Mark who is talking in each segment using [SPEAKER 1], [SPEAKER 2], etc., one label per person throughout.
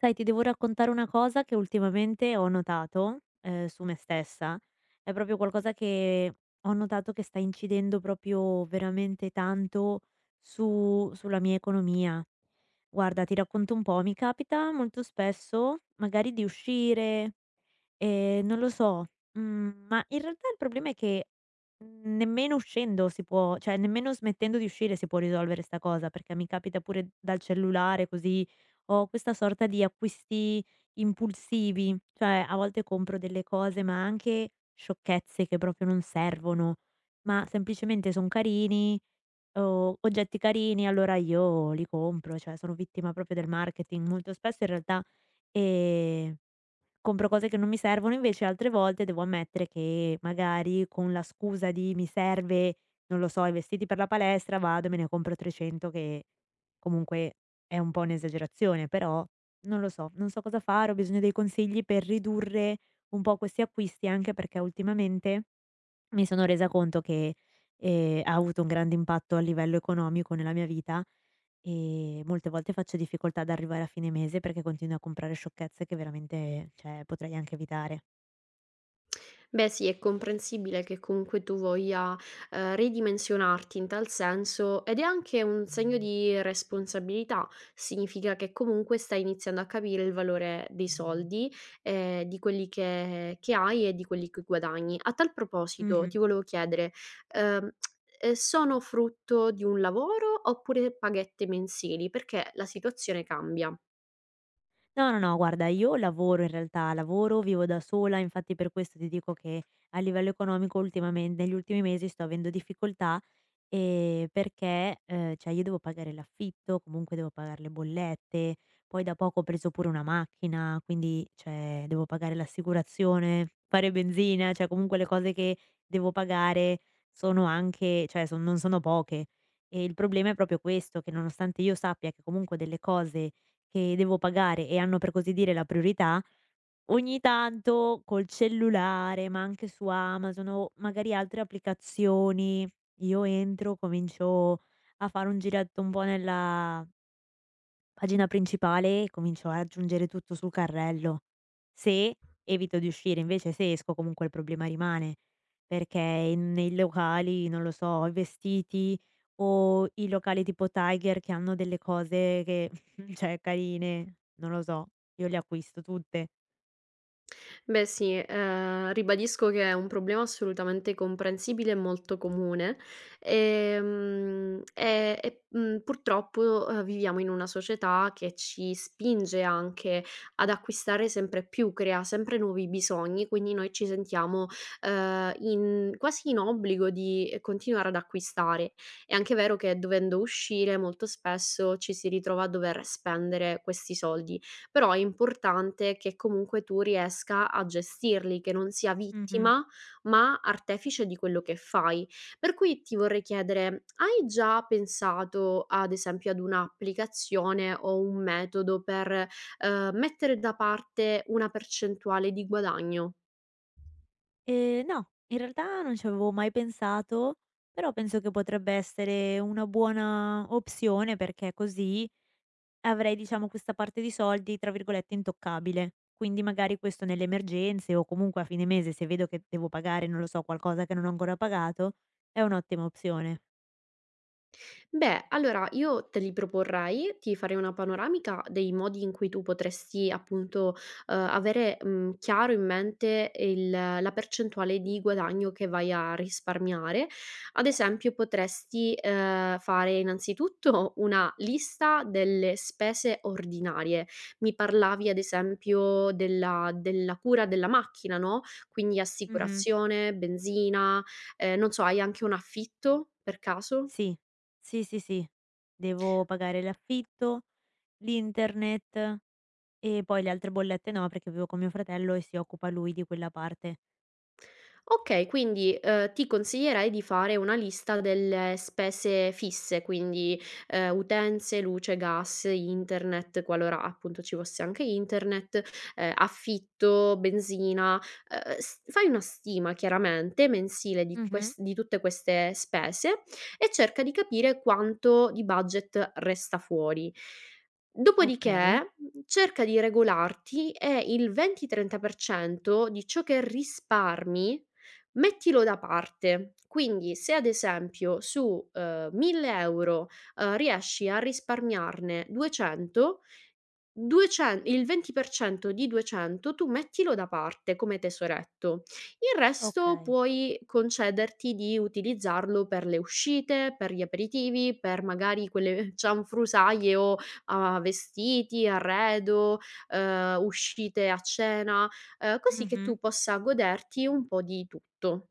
[SPEAKER 1] Sai, ti devo raccontare una cosa che ultimamente ho notato, su me stessa. È proprio qualcosa che ho notato che sta incidendo proprio veramente tanto su sulla mia economia. Guarda, ti racconto un po', mi capita molto spesso magari di uscire. Non lo so, ma in realtà il problema è che nemmeno uscendo si può, cioè nemmeno smettendo di uscire si può risolvere 'sta cosa, perché mi capita pure dal cellulare così, ho questa sorta di acquisti impulsivi. Cioè a volte compro delle cose, ma anche sciocchezze che proprio non servono, ma semplicemente son carini, o oggetti carini, allora io li compro. Cioè sono vittima proprio del marketing molto spesso in realtà. ehm Compro cose che non mi servono, invece altre volte devo ammettere che magari con la scusa di: "Mi serve, non lo so, i vestiti per la palestra", vado e me ne compro 300, che comunque è un po' un'esagerazione. Però non lo so, non so cosa fare, ho bisogno dei consigli per ridurre un po' questi acquisti, anche perché ultimamente mi sono resa conto che, ha avuto un grande impatto a livello economico nella mia vita, e molte volte faccio difficoltà ad arrivare a fine mese perché continuo a comprare sciocchezze che veramente, cioè, potrei anche evitare.
[SPEAKER 2] Beh sì, è comprensibile che comunque tu voglia, ridimensionarti in tal senso ed è anche un segno di responsabilità. Significa che comunque stai iniziando a capire il valore dei soldi, di quelli che hai e di quelli che guadagni. A tal proposito
[SPEAKER 1] Mh-mh.
[SPEAKER 2] ti volevo chiedere, ehm, sono frutto di un lavoro oppure paghette mensili? Perché la situazione cambia.
[SPEAKER 1] No, no, no, guarda, io lavoro in realtà, lavoro, vivo da sola, infatti per questo ti dico che a livello economico ultimamen negli ultimi mesi sto avendo difficoltà. Perché, cioè io devo pagare l'affitto, comunque devo pagar le bollette, poi da poco ho preso pure una macchina, quindi, cioè, devo pagare l'assicurazione, fare benzina, cioè comunque le cose che devo pagare sono anche, cioè son non sono poche. E il problema è proprio questo, che nonostante io sappia che comunque ho delle cose che devo pagare e hanno per così dire la priorità, ogni tanto col cellulare, ma anche su Amazon o magari altre applicazioni io entro, comincio a fare un giretto un po' nella pagina principale e comincio a aggiungere tutto sul carrello. Se evito di uscire, invece se esco comunque il problema rimane, perché nei locali, non lo so, i vestiti o i locali tipo Tiger che hanno delle cose che, cioè, carine, non lo so, io le acquisto tutte.
[SPEAKER 2] Beh sì, ribadisco che è un problema assolutamente comprensibile e molto comune, purtroppo, viviamo in una società che ci spinge anche ad acquistare sempre più, crea sempre nuovi bisogni, quindi noi ci sentiamo, in quasi in obbligo di continuare ad acquistare. È anche vero che dovendo uscire molto spesso ci si ritrova a dover spendere questi soldi, però è importante che comunque tu riesca a gestirli, che non sia
[SPEAKER 1] Mhm.
[SPEAKER 2] vittima, ma artefice di quello che fai. Per cui ti vorrei chiedere, hai già pensato ad esempio ad un'applicazione o un metodo per, mettere da parte una percentuale di guadagno?
[SPEAKER 1] No, in realtà non ci avevo mai pensato, però penso che potrebbe essere una buona opzione perché così avrei, diciamo, questa parte di soldi, tra virgolette, "intoccabile". Quindi magari questo nelle emergenze o comunque a fine mese se vedo che devo pagare, non lo so, qualcosa che non ho ancora pagato, è un'ottima opzione.
[SPEAKER 2] Beh, allora io te li proporrei, ti farei una panoramica dei modi in cui tu potresti appunto, avere, chiaro in mente il la percentuale di guadagno che vai a risparmiare. Ad esempio potresti, fare innanzitutto una lista delle spese ordinarie. Mi parlavi ad esempio della cura della macchina, no, quindi
[SPEAKER 1] Mh-mh.
[SPEAKER 2] assicurazione, benzina, non so, hai anche un affitto per caso?
[SPEAKER 1] Sì. Sì, sì, sì. Devo pagare l'affitto, l'internet e poi le altre bollette no, perché vivo con mio fratello e si occupa lui di quella parte.
[SPEAKER 2] Okay, quindi, ti consiglierei di fare una lista delle spese fisse, quindi, utenze, luce, gas, internet, qualora appunto ci fosse anche internet, affitto, benzina, s fai una stima chiaramente mensile
[SPEAKER 1] Mh-mh.
[SPEAKER 2] di tutte queste spese e cerca di capire quanto di budget resta fuori.
[SPEAKER 1] Okay,
[SPEAKER 2] Dopodiché, cerca di regolarti e il 20-30% di ciò che risparmi mettilo da parte, quindi se ad esempio su, 1000 €, riesci a risparmiarne 200, 200, il 20% di 200 tu mettilo da parte come tesoretto. Il resto
[SPEAKER 1] okay.
[SPEAKER 2] puoi concederti di utilizzarlo per le uscite, per gli aperitivi, per magari quelle cianfrusaglie o a vestiti, arredo, uscite a cena, così che
[SPEAKER 1] Mh-mh.
[SPEAKER 2] tu possa goderti un po' di tutto.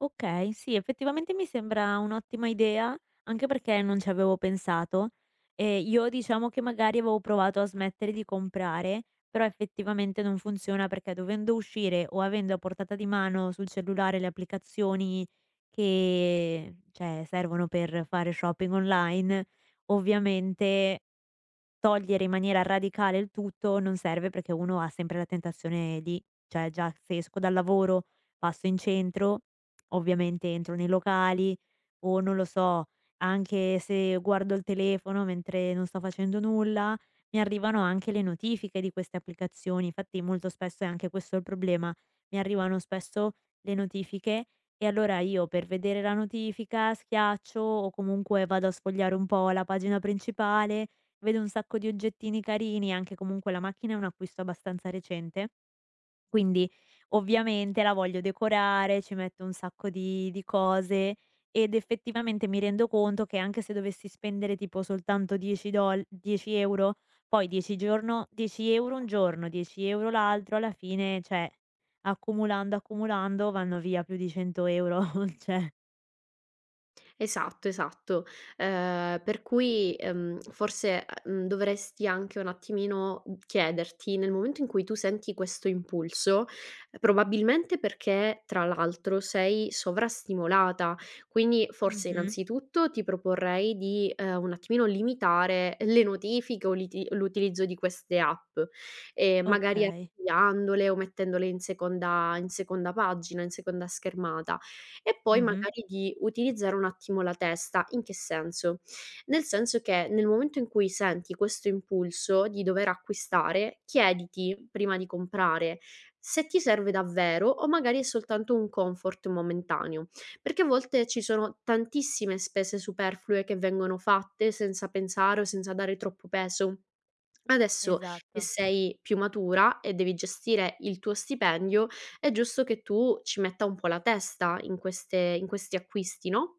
[SPEAKER 1] Okay, sì, effettivamente mi sembra un'ottima idea, anche perché non ci avevo pensato. Io diciamo che magari avevo provato a smettere di comprare, però effettivamente non funziona perché dovendo uscire o avendo a portata di mano sul cellulare le applicazioni che, cioè, servono per fare shopping online, ovviamente togliere in maniera radicale il tutto non serve perché uno ha sempre la tentazione lì. Cioè già se esco dal lavoro, passo in centro, ovviamente entro nei locali o non lo so, anche se guardo il telefono mentre non sto facendo nulla, mi arrivano anche le notifiche di queste applicazioni. Infatti molto spesso è anche questo il problema, mi arrivano spesso le notifiche e allora io per vedere la notifica schiaccio o comunque vado a sfogliare un po' la pagina principale. Vedo un sacco di oggettini carini, anche comunque la macchina è un acquisto abbastanza recente, quindi ovviamente la voglio decorare, ci metto un sacco di cose ed effettivamente mi rendo conto che anche se dovessi spendere tipo soltanto 10 €, poi 10 € un giorno, 10 € l'altro, alla fine, cioè, accumulando, accumulando vanno via più di 100 €, cioè.
[SPEAKER 2] Esatto, esatto. Per cui, forse, dovresti anche un attimino, chiederti, nel momento in cui tu senti questo impulso, probabilmente perché tra l'altro sei sovrastimolata, quindi forse
[SPEAKER 1] Mh-mh.
[SPEAKER 2] innanzitutto ti proporrei di, un attimino limitare le notifiche o l'utilizzo di queste app, e magari
[SPEAKER 1] Okay.
[SPEAKER 2] archiviandole o mettendole in seconda pagina, in seconda schermata. E poi
[SPEAKER 1] Mh-mh.
[SPEAKER 2] magari di utilizzare un attimo la testa. In che senso? Nel senso che nel momento in cui senti questo impulso di dover acquistare, chiediti prima di comprare se ti serve davvero o magari è soltanto un comfort momentaneo, perché a volte ci sono tantissime spese superflue che vengono fatte senza pensare o senza dare troppo peso. Adesso che
[SPEAKER 1] Esatto.
[SPEAKER 2] sei più matura e devi gestire il tuo stipendio, è giusto che tu ci metta un po' la testa in questi acquisti, no?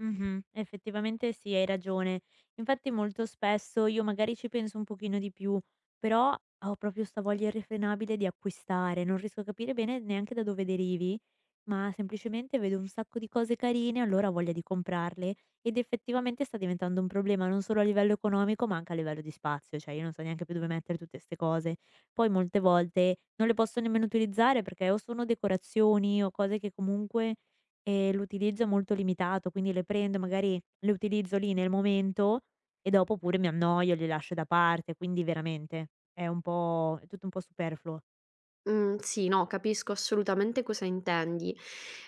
[SPEAKER 1] Mh-mh. Effettivamente sì, hai ragione. Infatti molto spesso io magari ci penso un pochino di più, però ho proprio 'sta voglia irrefrenabile di acquistare, non riesco a capire bene neanche da dove derivi, ma semplicemente vedo un sacco di cose carine, allora ho voglia di comprarle, ed effettivamente sta diventando un problema non solo a livello economico, ma anche a livello di spazio. Cioè io non so neanche più dove mettere tutte 'ste cose. Poi molte volte non le posso nemmeno utilizzare perché o sono decorazioni o cose che comunque l'utilizzo è molto limitato, quindi le prendo, magari le utilizzo lì nel momento e dopo pure mi annoio, le lascio da parte, quindi veramente è un po', è tutto un po' superfluo.
[SPEAKER 2] Mhmm, sì, no, capisco assolutamente cosa intendi.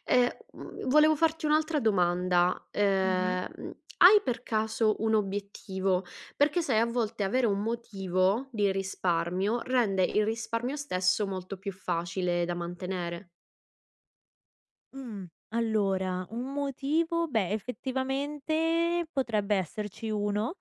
[SPEAKER 2] Volevo farti un'altra domanda.
[SPEAKER 1] Mh-mh.
[SPEAKER 2] Hai per caso un obiettivo? Perché sai a volte avere un motivo di risparmio rende il risparmio stesso molto più facile da mantenere.
[SPEAKER 1] Allora un motivo, beh, effettivamente potrebbe esserci uno.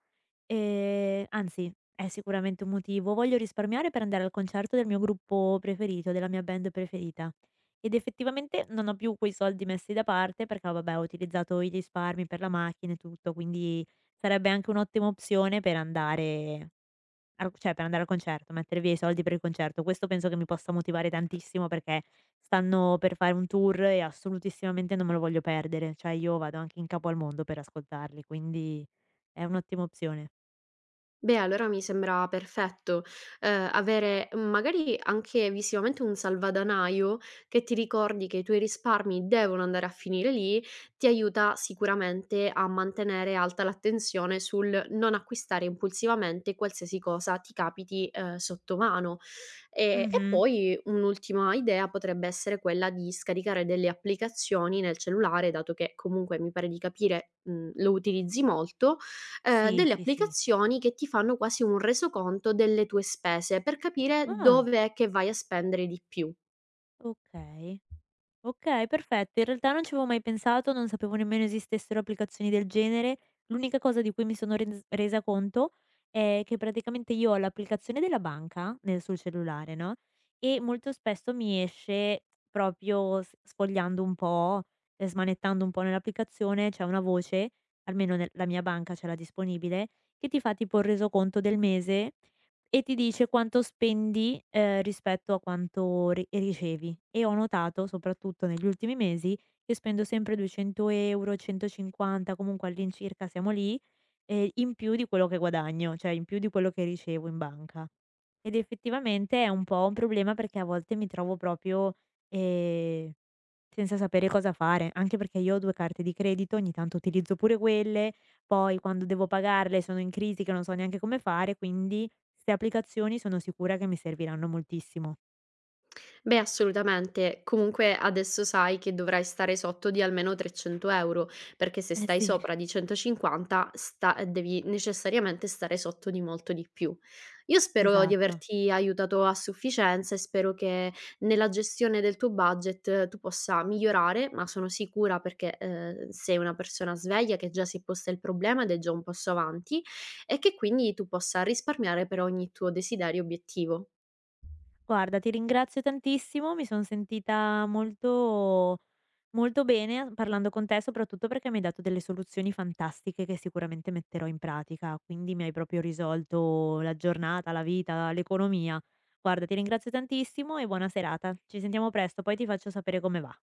[SPEAKER 1] Anzi, è sicuramente un motivo. Voglio risparmiare per andare al concerto del mio gruppo preferito, della mia band preferita. Ed effettivamente non ho più quei soldi messi da parte perché, oh, vabbè, ho utilizzato i risparmi per la macchina e tutto, quindi sarebbe anche un'ottima opzione per andare al cioè per andare al concerto, mettere via i soldi per il concerto. Questo penso che mi possa motivare tantissimo perché stanno per fare un tour e assolutissimamente non me lo voglio perdere. Cioè io vado anche in capo al mondo per ascoltarli, quindi è un'ottima opzione.
[SPEAKER 2] Beh, allora mi sembra perfetto, avere magari anche visivamente un salvadanaio che ti ricordi che i tuoi risparmi devono andare a finire lì, ti aiuta sicuramente a mantenere alta l'attenzione sul non acquistare impulsivamente qualsiasi cosa ti capiti, sotto mano. E
[SPEAKER 1] Mh-mh.
[SPEAKER 2] poi un'ultima idea potrebbe essere quella di scaricare delle applicazioni nel cellulare, dato che comunque mi pare di capire, lo utilizzi molto,
[SPEAKER 1] Sì,
[SPEAKER 2] delle
[SPEAKER 1] sì, sì.
[SPEAKER 2] applicazioni che ti fanno quasi un resoconto delle tue spese, per capire
[SPEAKER 1] Ah,
[SPEAKER 2] dov'è che vai a spendere di più.
[SPEAKER 1] okay. Okay, perfetto. In realtà non ci avevo mai pensato, non sapevo nemmeno esistessero applicazioni del genere. L'unica cosa di cui mi sono resa conto è che praticamente io ho l'applicazione della banca nel sul cellulare, no, e molto spesso mi esce proprio s sfogliando un po', smanettando un po' nell'applicazione, c'è una voce, almeno nel la mia banca ce l'ha disponibile, che ti fa tipo il resoconto del mese. E ti dice quanto spendi, rispetto a quanto ri ricevi. E ho notato, soprattutto negli ultimi mesi, che spendo sempre 200 €, 150, comunque all'incirca siamo lì, in più di quello che guadagno, cioè in più di quello che ricevo in banca. Ed effettivamente è un po' un problema perché a volte mi trovo proprio, ehm senza sapere cosa fare, anche perché io ho 2 carte di credito, ogni tanto utilizzo pure quelle, poi quando devo pagarle sono in crisi che non so neanche come fare, quindi 'ste applicazioni sono sicura che mi serviranno moltissimo.
[SPEAKER 2] Beh, assolutamente. Comunque adesso sai che dovrai stare sotto di almeno 300 €, perché se
[SPEAKER 1] Eh
[SPEAKER 2] stai
[SPEAKER 1] sì.
[SPEAKER 2] sopra di 150 sta devi necessariamente stare sotto di molto di più. Io spero di
[SPEAKER 1] Esatto.
[SPEAKER 2] averti aiutato a sufficienza e spero che nella gestione del tuo budget tu possa migliorare, ma sono sicura perché, sei una persona sveglia che già si è posta il problema ed è già un passo avanti e che quindi tu possa risparmiare per ogni tuo desiderio e obiettivo.
[SPEAKER 1] Guarda, ti ringrazio tantissimo, mi son sentita molto molto bene a parlando con te, soprattutto perché mi hai dato delle soluzioni fantastiche che sicuramente metterò in pratica, quindi mi hai proprio risolto la giornata, la vita, l'economia. Guarda, ti ringrazio tantissimo e buona serata. Ci sentiamo presto, poi ti faccio sapere come va.